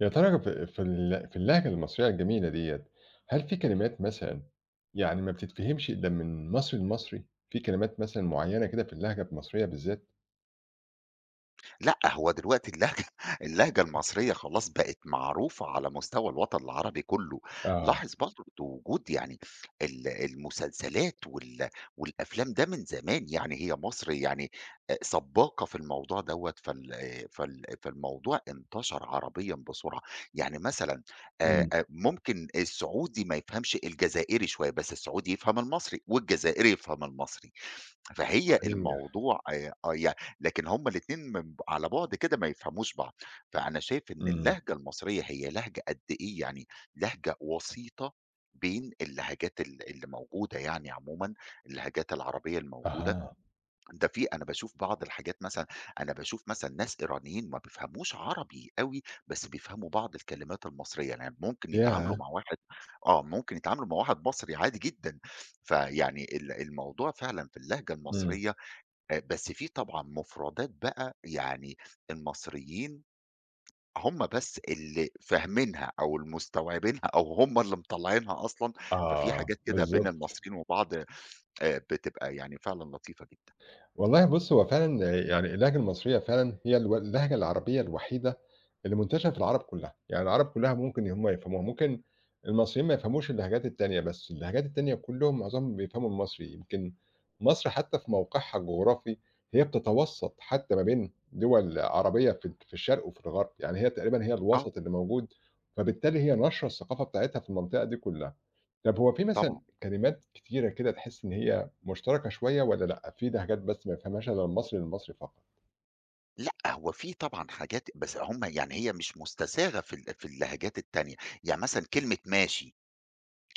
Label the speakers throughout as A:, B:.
A: يا ترى في اللهجة المصرية الجميلة ديّة، هل في كلمات مثلًا يعني ما بتتفهمش إلا من مصري لمصري؟ في كلمات مثلًا معيّنة كده في اللهجة المصرية بالذات؟
B: لأ، هو دلوقتي اللهجة اللهجة المصرية خلاص بقت معروفة على مستوى الوطن العربي كلّه،
A: آه،
B: لاحظ برضه وجود يعني المسلسلات والأفلام ده من زمان، يعني هي مصر يعني سباقة في الموضوع دوّة، فالموضوع انتشر عربيًا بسرعة، يعني مثلًا
A: إمم،
B: ممكن السعودي ما يفهمش الجزائري شوية، بس السعودي يفهم المصري والجزائري يفهم المصري. فهي
A: صحيح،
B: الموضوع آه ي لكن هُم الاتنين من على بُعد كده ما يفهموش بعض، فأنا شايف إن
A: إمم،
B: اللهجة المصرية هي لهجة قد إيه يعني لهجة وسيطة بين اللهجات اللي موجودة يعني عمومًا، اللهجات العربية الموجودة،
A: أها،
B: ده في أنا باشوف بعض الحاجات مثلًا أنا باشوف مثلًا ناس إيرانيين ما بيفهموش عربي أوي، بس بيفهموا بعض الكلمات المصرية، يعني ممكن يتعاملوا
A: ياه!
B: مع واحد آه، ممكن يتعاملوا مع واحد مصري عادي جدًا، فيعني الموضوع فعلًا في اللهجة
A: إمم،
B: المصرية بس في طبعًا مفردات بقى يعني المصريين هم بس اللي فاهمينها أو اللي مستوعبينها أو هم اللي مطلّعينها أصلًا، ففي
A: آه،
B: حاجات كده بين
A: بالضبط.
B: المصريين وبعض بتبقى يعني فعلًا لطيفة جدًا.
A: والله بُص، هو فعلًا يعني اللهجة المصرية فعلًا هي اللهجة العربية الوحيدة اللي منتشرة في العرب كلّها، يعني العرب كلّها ممكن هم يفهموها، ممكن المصريين ما يفهموش اللهجات التانية، بس اللهجات التانية كلّهم معظمهم بيفهموا المصري، يمكن مصر حتى في موقعها الجغرافي هي بتتوسّط حتى ما بين دول عربية في الشرق وفي الغرب، يعني هي تقريبًا هي
B: آه
A: الوسط اللي موجود، فبالتالي هي ناشرة الثقافة بتاعتها في المنطقة دي كلّها. طب هو في
B: طبعًا.
A: مثلًا كلمات كتيرة كده تحس إن هي مشتركة شوية والّا لأ، في لهجات بس ما يفهمهاش غير المصري فقط؟
B: لأ، هو في طبعًا حاجات بس هم يعني هي مش مستساغة في ال في اللهجات التانية، يعني مثلًا كلمة ماشي،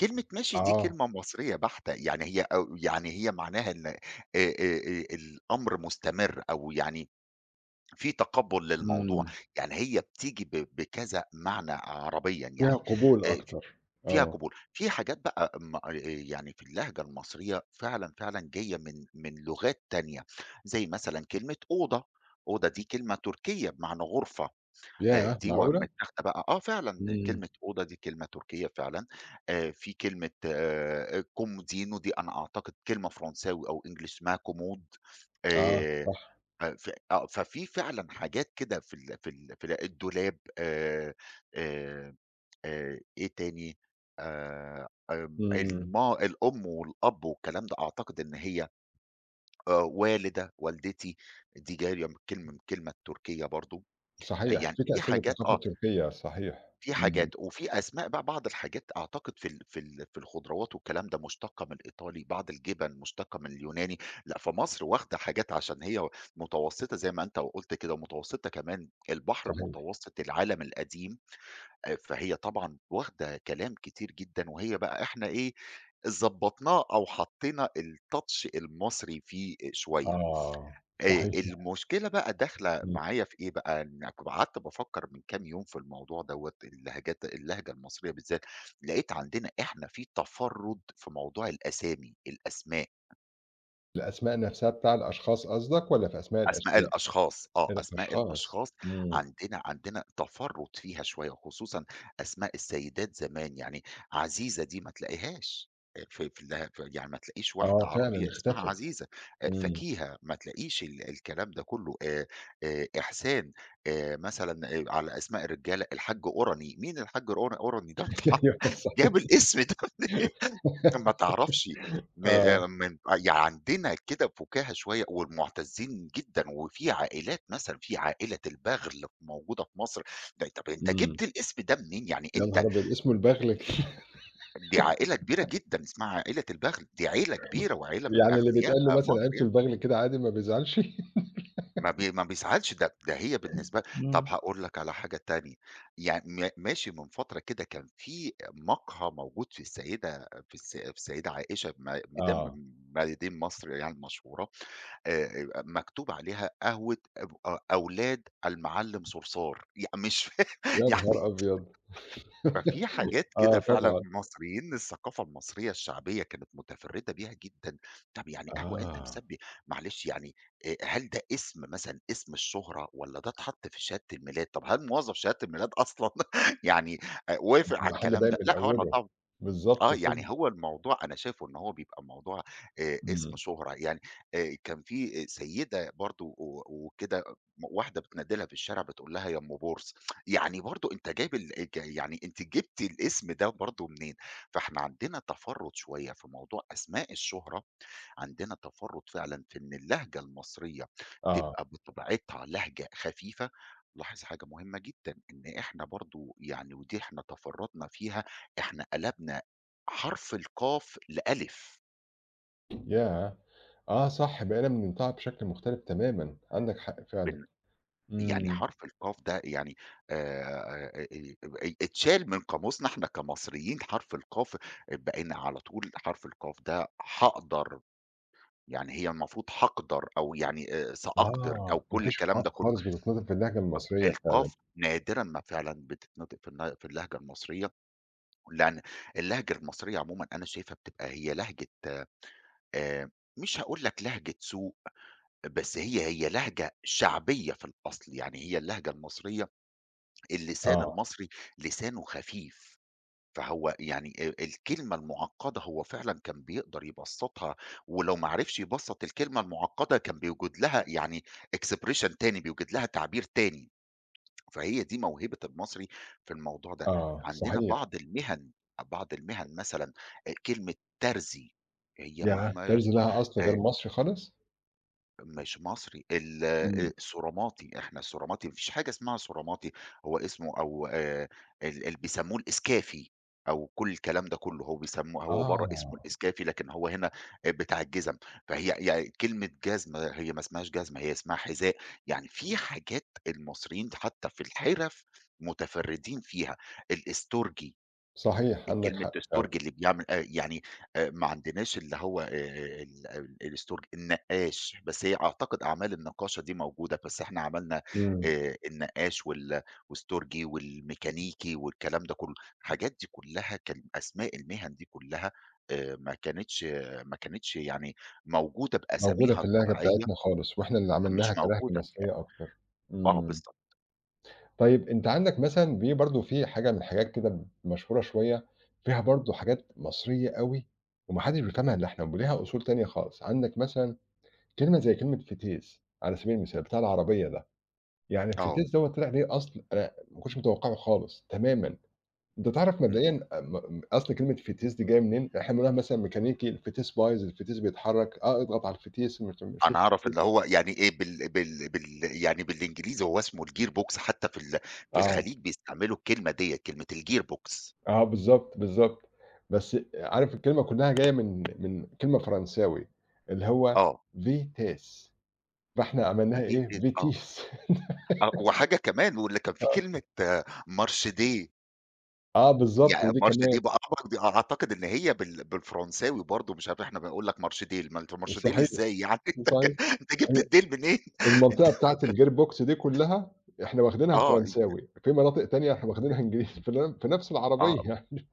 B: كلمة ماشي دي
A: آه،
B: كلمة مصرية بحتة، يعني هي أو يعني هي معناها إن الأمر مستمر أو يعني في تقبُّل للموضوع،
A: إمم،
B: يعني هي بتيجي بكذا معنى عربيًا
A: فيها
B: يعني،
A: قبول
B: ف
A: أكتر،
B: فيها
A: آه،
B: قبول، في حاجات بقى م يعني في اللهجة المصرية فعلًا، فعلًا جاية من لغات تانية، زي مثلًا كلمة أوضة، أوضة دي كلمة تركية بمعنى غرفة،
A: ياه!
B: دي
A: معقولة!
B: متاخدة بقى آه فعلًا
A: إمم،
B: كلمة أوضة دي كلمة تركية فعلًا، في كلمة كومودينو دي أنا أعتقد كلمة فرنساوي أو English اسمها كومود
A: آه،
B: آآ
A: صح،
B: ف ف آه، ففي فعلًا حاجات كده في ال في ال في ال الدولاب، آآ، إيه تاني، آمم،
A: إمم،
B: الما الأم والأب والكلام ده أعتقد إن هي والدة، والدتي، دي جاية من الكلمة التركية برضه،
A: صحيح،
B: يعني
A: في
B: في
A: تأثير
B: حاجات
A: للثقافة
B: آه،
A: التركية، صحيح،
B: في حاجات،
A: إمم،
B: وفي أسماء بقى بعض الحاجات أعتقد في ال في ال في الخضروات والكلام ده مشتقة من الإيطالي، بعض الجبن مشتقة من اليوناني، لأ فمصر واخدة حاجات عشان هي متوسطة زي ما أنت قُلت كده، ومتوسطة كمان البحر
A: صحيح،
B: المتوسط، العالم القديم، فهي طبعًا واخدة كلام كتير جدًا، وهي بقى إحنا إيه، ضبّطناه أو حطينا الtouch المصري فيه شوية.
A: آه، صحيح،
B: المشكلة بقى داخلة
A: إمم،
B: معايا في إيه بقى، إن كنت قعدت بافكّر من كام يوم في الموضوع دوّة، اللهجة المصرية بالذات، لقيت عندنا إحنا في تفرُّد في موضوع الأسامي، الأسماء.
A: الأسماء نفسها بتاع الأشخاص قصدك والّا في أسماء
B: أسماء
A: الأشياء؟
B: الأشخاص، آه، أسماء
A: الأشخاص،
B: الأشخاص
A: إمم،
B: عندنا تفرُّط فيها شوية، خصوصًا أسماء السيدات زمان، يعني عزيزة دي ما تلاقيهاش في في ال في يعني ما تلاقيش واحدة
A: آه، فعلًا
B: عربية اسمها
A: اختفت،
B: عزيزة،
A: إمم،
B: فكيهة ما تلاقيش الكلام ده كُلّه، إحسان، مثلًا على أسماء الرجالة الحاج أورني، مين الحاج أورني ده؟
A: أيوه
B: جاب
A: صحيح،
B: الاسم ده ما تعرفش م
A: آه،
B: من يعني عندنا كده فُكاهة شوية والمُعتزّين جدًا، وفي عائلات مثلًا في عائلة البغل موجودة في مصر، ده طَب أنت
A: إمم.
B: جِبت الاسم ده منين؟ يعني
A: يا
B: أنت
A: نهار أبيض! اسمه البغل
B: دي عائلة كبيرة جدًا اسمها عائلة البغل، دي عيلة كبيرة وعيلة من
A: يعني اللي
B: أغنياء
A: بيتقال له مثلًا
B: مصر
A: عيلته
B: يعني،
A: البغل كده عادي ما بيزعلش؟
B: ما بيزعلش ده هي بالنسبة طَب
A: إمم.
B: هاقول لك على حاجة تانية، يعني ماشي من فترة كده كان في مقهى موجود في السيدة في السيدة عائشة م مدام
A: آه،
B: مدام مصر يعني المشهورة، يبقى مكتوب عليها قهوة أب أ أولاد المعلم صرصار، مش
A: يا
B: يعني
A: نهار أبيض!
B: ففي حاجات كده
A: آه
B: فعلًا
A: طبعًا،
B: المصريين الثقافة المصرية الشعبية كانت متفردة بيها جدًا، طب يعني قهوة أنت
A: آه،
B: مسمي معلش يعني هل ده اسم مثلًا اسم الشهرة والّا ده اتحط في شهادة الميلاد؟ طب هل موظف شهادة الميلاد أصلًا يعني وافق
A: ده
B: على
A: المحل
B: الكلام
A: باين
B: ده؟
A: من
B: لأ هو أنا
A: أوله،
B: آه،
A: بالضبط كده،
B: يعني هو الموضوع أنا شايفه إن هو بيبقى موضوع اسم
A: إمم،
B: شهرة، يعني كان في سيدة برضه وكده واحدة بتنادي لها في الشارع بتقول لها يا أم بورصة، يعني برضه أنت جايب ال ج يعني أنتِ جبتِ الاسم ده برضه منين؟ فإحنا عندنا تفرُّط شوية في موضوع أسماء الشهرة عندنا تفرّط فعلًا في إن اللهجة المصرية
A: آه،
B: تبقى بطبيعتها لهجة خفيفة، لاحظ حاجة مهمة جدًا، إن إحنا برضه يعني ودي إحنا تفرّطنا فيها، إحنا قلبنا حرف القاف لألِف،
A: ياه! آه صح، بقينا بننطقها بشكل مختلف تمامًا، عندك حق فعلًا،
B: بن يعني
A: إمم،
B: حرف القاف ده يعني آآ اتشال من قاموسنا إحنا كمصريين حرف القاف، بقينا على طول حرف القاف ده حأقدر، يعني هي المفروض حاقدر أو يعني سأقدر أو
A: آه، ما
B: كل
A: فيش
B: الكلام ده
A: ثقافة
B: كلّه.
A: خالص بتتنطق باللهجة
B: طب
A: المصرية فعلًا،
B: القاف نادرًا ما فعلًا بتتنطق في الن في اللهجة المصرية، لأن اللهجة المصرية عمومًا أنا شايفها بتبقى هي لهجة آآ، مش هاقول لك لهجة سوق، بس هي لهجة شعبية في الأصل، يعني هي اللهجة المصرية اللسان
A: آه،
B: المصري لسانه خفيف، فهو يعني الكلمة المعقدة هو فعلًا كان بيقدر يبسطها، ولو ما عرفش يبسط الكلمة المعقدة كان بيوجد لها يعني expression تاني، بيوجد لها تعبير تاني. فهي دي موهبة المصري في الموضوع ده.
A: آه،
B: عندنا
A: صحيح،
B: بعض المِهَن، بعض المِهَن مثلًا كلمة ترزي هي ما
A: ياه!
B: ما
A: طرز
B: اسم
A: لها أصل غير
B: آآ
A: مصري خالص؟
B: مش مصري ال
A: إمم،
B: السوراماتي، إحنا السوراماتي ما فيش حاجة اسمها سوراماتي، هو اسمه أو ال اللي بيسموه الإسكافي أو كل الكلام ده كله، هو بيسموه هو برّه اسمه
A: آه،
B: الإسكافي، لكن هو هنا بتاع الجزم، فهي يعني كلمة جزمة هي ما اسمهاش جزمة، هي اسمها حذاء، يعني في حاجات المصريين حتى في الحرف متفردين فيها، الإسترجي
A: صحيح عندك
B: كلمة
A: حق فعلًا.
B: storage اللي بيعمل يعني ما عندناش اللي هو ال آه، ال الstorage النقّاش، بس هي أعتقد أعمال النقاشة دي موجودة، بس إحنا عملنا
A: إمم،
B: النقّاش والstorgy والميكانيكي والكلام ده كلّه، الحاجات دي كلّها كان أسماء المهن دي كلّها آآ ما كانتش ما كانتش يعني موجودة
A: موجودة
B: بأساميها
A: في اللهجة
B: الطبيعية،
A: بتاعتنا خالص، وإحنا اللي عملناها
B: مش
A: كلهجة
B: موجودة،
A: مصرية أكتر،
B: آه
A: إمم،
B: بالضبط،
A: طيب أنت عندك مثلًا في برضه في حاجة من الحاجات كده مشهورة شوية، فيها برضه حاجات مصرية أوي وما حدش بيفهمها إلا إحنا، وليها أصول تانية خالص، عندك مثلًا كلمة زي كلمة فتيس على سبيل المثال بتاع العربية ده، يعني
B: آه،
A: الفتيس دوّة طلع ليه أصل أنا ما كنتش متوقعه خالص تمامًا، أنت تعرف
B: إمم.
A: مبدئيًا أصل كلمة فتيس دي جاية منين؟ إحنا بنقولها مثلًا ميكانيكي، الفتيس بايظ، الفتيس بيتحرك، آه اضغط على الفتيس، مش شوف
B: أنا أعرف
A: الفتيس.
B: اللي هو يعني إيه بال بال بال يعني بالإنجليزي هو اسمه الgearbox حتى في ال في
A: آه،
B: الخليج بيستعملوا الكلمة ديّة، كلمة الgearbox
A: آه بالضبط، بالضبط. بس عارف الكلمة كلّها جاية من كلمة فرنساوي، اللي هو
B: آه،
A: vitesse فإحنا عملناها
B: دي ت
A: إيه،
B: آه،
A: بيتيس
B: وحاجة كمان واللي كان في كلمة marché
A: آه بالضبط،
B: يعني
A: ودي
B: marché
A: كمان
B: بقى أعتقد إن هي بالفرنساوي برضه مش عارف إحنا بنقول لك marché ما أنت marché
A: صحيح،
B: إزاي يعني
A: صحيح.
B: أنت جبت
A: هي
B: الdale منين؟ أنت
A: المنطقة بتاعة الgearbox دي كلّها إحنا واخدينها
B: آه،
A: فرنساوي، في مناطق تانية إحنا واخدينها إنجليزي في نفس
B: آه،
A: العربية يعني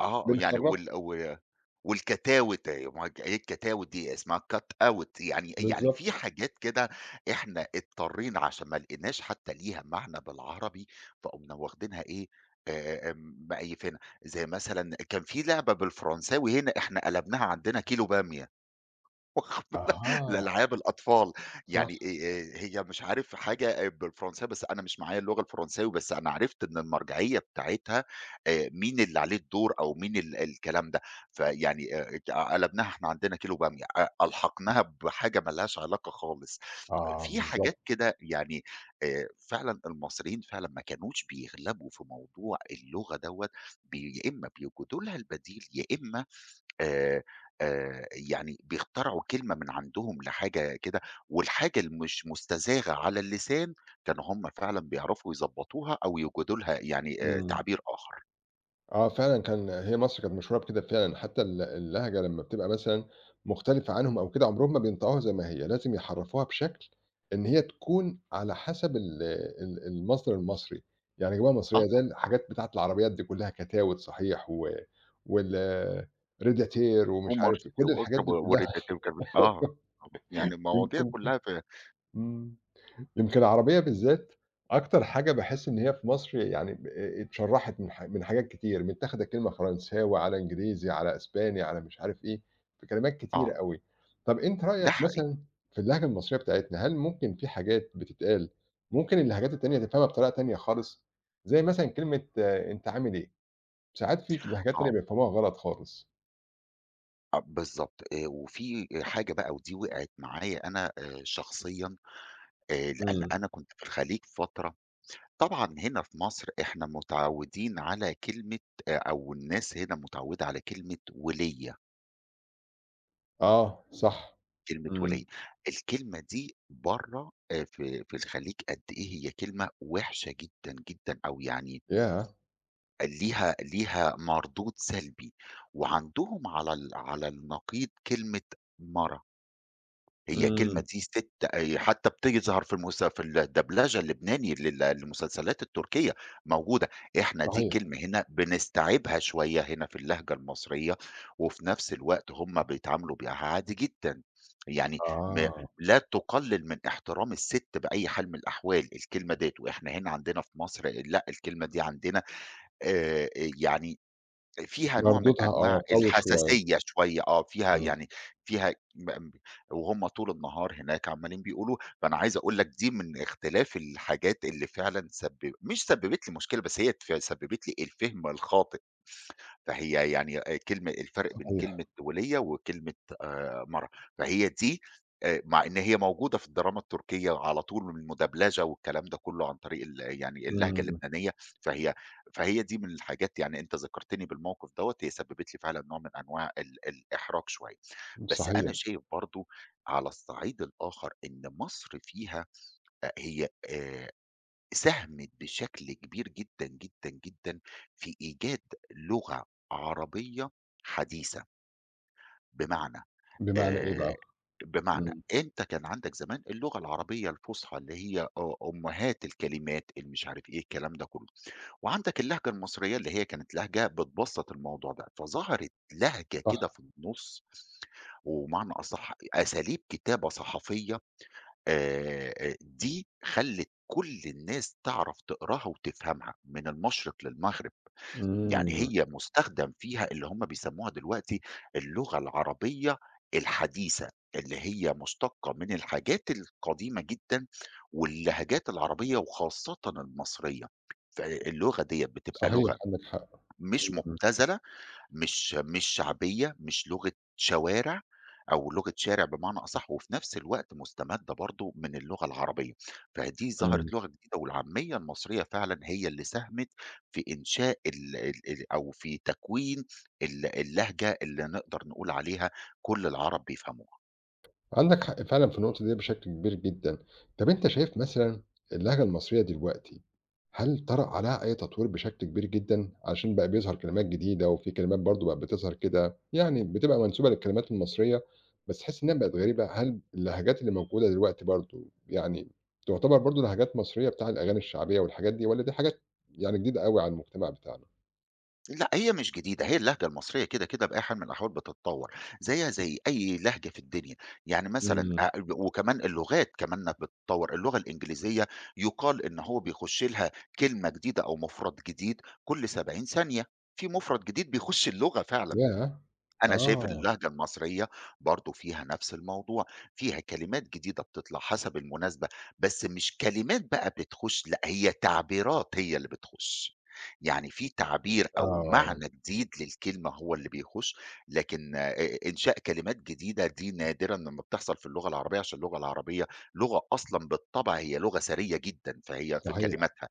B: اه يعني
A: بنخرّبها.
B: والكتاوت أيوه، ما هو إيه الكتاوت دي، اسمها cut out يعني في
A: بالضبط.
B: حاجات كده إحنا اضطرينا عشان ما لقيناش حتى ليها معنى بالعربي، فقُمنا واخدينها إيه، مقيّفينها، زي مثلًا كان في لعبة بالفرنساوي هنا إحنا قلبناها عندنا كيلو بامية. واخد بالك؟
A: أها،
B: لألعاب الأطفال، يعني
A: صح.
B: هي مش عارف حاجة بالفرنساوي بس أنا مش معايا اللغة الفرنساوي، بس أنا عرفت إن المرجعية بتاعتها مين اللي عليه الدور أو مين الكلام ده، فيعني ات آه، قلبناها إحنا عندنا كيلو بامية، ألحقناها بحاجة ما لهاش علاقة خالص.
A: آه
B: في
A: بالضبط.
B: حاجات كده يعني فعلًا المصريين فعلًا ما كانوش بيغلبوا في موضوع اللغة دوّة، يا إما بيوجدوا لها البديل، يا إما آآ آآ يعني بيخترعوا كلمة من عندهم لحاجة كده، والحاجة اللي مش مُستزاغة على اللسان، كانوا هم فعلًا بيعرفوا يضبّطوها أو يوجدوا لها يعني
A: إمم.
B: تعبير آخر.
A: آه فعلًا كان هي مصر كانت مشهورة بكده فعلًا، حتى اللهجة لمّا بتبقى مثلًا مختلفة عنهم أو كده عمرهم ما بينطقوها زي ما هي، لازم يحرّفوها بشكل إن هي تكون على حسب ال ال المصدر المصري، يعني يجيبوها
B: آه،
A: مصرية زي الحاجات بتاعة العربيات دي كلها كتاوت صحيح و وال ريداتير ومش
B: ومارش
A: عارف إيه، كل الحاجات
B: وكب
A: دي كلها
B: والريتاتيف كانت يعني المواضيع
A: يمكن
B: كلّها في
A: إمم. يمكن العربية بالذات أكتر حاجة باحس إن هي في مصر يعني ب اتشرّحت من حاجات كتير، متاخدة كلمة فرنساوي، على إنجليزي، على أسباني، على مش عارف إيه، في كلمات كتيرة
B: آه،
A: أوي. طَب أنت
B: ده
A: رأيك
B: حقيقي
A: مثلًا في اللهجة المصرية بتاعتنا، هل ممكن في حاجات بتتقال ممكن اللهجات التانية تفهمها بطريقة تانية خالص؟ زي مثلًا كلمة آه، أنت عامل إيه؟ ساعات في لهجات تانية
B: آه،
A: بيفهموها غلط خالص.
B: بالضبط. وفي حاجة بقى ودي وقعت معايا أنا شخصيًا، لأن
A: إمم.
B: أنا كنت في الخليج فترة طبعًا هنا في مصر إحنا متعوّدين على كلمة أو الناس هنا متعوّدة على كلمة وليّة،
A: آه، صح.
B: كلمة وليّة.
A: إمم.
B: الكلمة دي برّه في الخليج قد إيه هي كلمة وِحشة جدًا، جدًا أو يعني
A: ياه!
B: ليها مردود سلبي، وعندهم على ال على النقيض كلمة مرَم. هي الكلمة
A: إمم.
B: دي ست حتى بتظهر في المس في الدبلجة اللبناني للمسلسلات التركية موجودة، إحنا دي
A: صحيح.
B: كلمة هنا بنستعيبها شوية هنا في اللهجة المصرية، وفي نفس الوقت هم بيتعاملوا بيها عادي جدًا، يعني
A: آه.
B: لا تقلل من احترام الست بأي حال من الأحوال الكلمة ديّة، وإحنا هنا عندنا في مصر لأ، الكلمة دي عندنا آآ يعني فيها نوع من
A: مردودها
B: أنواع
A: آه، قوي شوية.
B: الحساسية شوية آه، فيها
A: إمم.
B: يعني فيها م م- وهُم طول النهار هناك عمّالين بيقولوا، فأنا عايز أقول لك دي من اختلاف الحاجات اللي فعلًا مش سببت لي مشكلة، بس هي سببت لي الفهم الخاطئ فهي يعني كلمة الفرق بين
A: صحيح.
B: كلمة وليّة وكلمة مرا، فهي دي مع إن هي موجودة في الدراما التركية على طول من المدبلجة والكلام ده كله عن طريق يعني اللهجة
A: إمم.
B: اللبنانية، فهي فهي دي من الحاجات يعني أنت ذكرتني بالموقف دوّة، هي سببت لي فعلًا نوع من أنواع الإحراج شوية، بس
A: صحيح.
B: أنا شايف برضه على الصعيد الآخر إن مصر فيها هي ساهمت بشكل كبير جدًا، جدًا، جدًا في إيجاد لغة عربية حديثة، بمعنى
A: بمعنى إيه
B: آآ
A: بقى؟
B: بمعنى
A: إمم.
B: أنت كان عندك زمان اللغة العربية الفُصحى اللي هي أمهات الكلمات، اللي مش عارف إيه، الكلام ده كُلّه، وعندك اللهجة المصرية اللي هي كانت لهجة بتبسّط الموضوع ده، فظهرت لهجة كده
A: صح.
B: في النُص وبمعنى أصح أساليب كتابة صحفية دي خلّت كل الناس تعرف تقراها وتفهمها، من المشرق للمغرب، يعني
A: إمم.
B: هي مُستخدم فيها اللي هم بيسموها دلوقتي اللغة العربية الحديثة، اللي هي مشتقة من الحاجات القديمة جدًا واللهجات العربية وخاصةً المصرية، فاللغة ديّة بتبقى
A: صحيح،
B: لغة
A: عندك حق.
B: مش
A: إمم،
B: مبتذلة مش شعبية، مش لغة شوارع أو لغة شارع بمعنى أصح، وفي نفس الوقت مستمدة برضه من اللغة العربية، فدي
A: إمم.
B: ظهرت لغة جديدة والعامية المصرية فعلًا هي اللي ساهمت في إنشاء ال ال ال أو في تكوين اللهجة اللي نقدر نقول عليها كل العرب بيفهموها.
A: عندك حق فعلا في النقطة دي بشكل كبير جدا. طب انت شايف مثلا اللهجة المصرية دلوقتي، هل طرأ عليها اي تطوير بشكل كبير جدا عشان بقى بيظهر كلمات جديدة وفي كلمات برضو بقى بتظهر كده يعني بتبقى منسوبة للكلمات المصرية بس تحس انها بقت غريبة؟ هل اللهجات اللي موجودة دلوقتي برضو يعني تعتبر برضو لهجات مصرية بتاع الأغاني الشعبية والحاجات دي، ولا دي حاجات يعني جديدة قوي على المجتمع بتاعنا؟
B: لأ، هي مش جديدة، هي اللهجة المصرية كده بأي حال من الأحوال بتتطوّر، زيها زي أي لهجة في الدنيا، يعني مثلًا
A: امم،
B: وكمان اللغات كمان بتتطوّر، اللغة الإنجليزية يُقال إن هو بيخُش لها كلمة جديدة أو مفرد جديد كل 70 ثانية، في مفرد جديد بيخُش اللغة فعلًا.
A: ياه،
B: أنا شايف إن
A: اه،
B: اللهجة المصرية برضه فيها نفس الموضوع، فيها كلمات جديدة بتطلع حسب المناسبة، بس مش كلمات بقى بتخش، لأ هي تعبيرات هي اللي بتخش، يعني في تعبير أو
A: اه،
B: معنى جديد للكلمة هو اللي بيخش، لكن إنشاء كلمات جديدة دي نادرًا لمّا بتحصل في اللغة العربية، عشان اللغة العربية لغة أصلًا بالطبع هي لغة سرية جدًا، فهي في
A: صحيح،
B: كلماتها،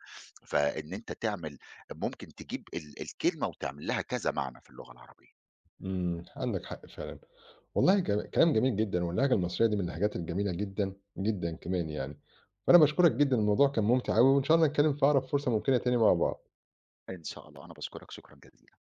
B: فإن أنت تعمل ممكن تجيب الكلمة وتعمل لها كذا معنى في اللغة العربية.
A: امم، عندك حق فعلا. والله جم كلام جميل جدًا، واللهجة المصرية دي من اللهجات الجميلة جدًا، جدًا كمان يعني. فأنا باشكرك جدًا، الموضوع كان ممتع أوي، وإن شاء الله نتكلم في أقرب فرصة ممكنة تاني مع بعض.
B: إن شاء الله، أنا باشكرك شكرًا جزيلًا.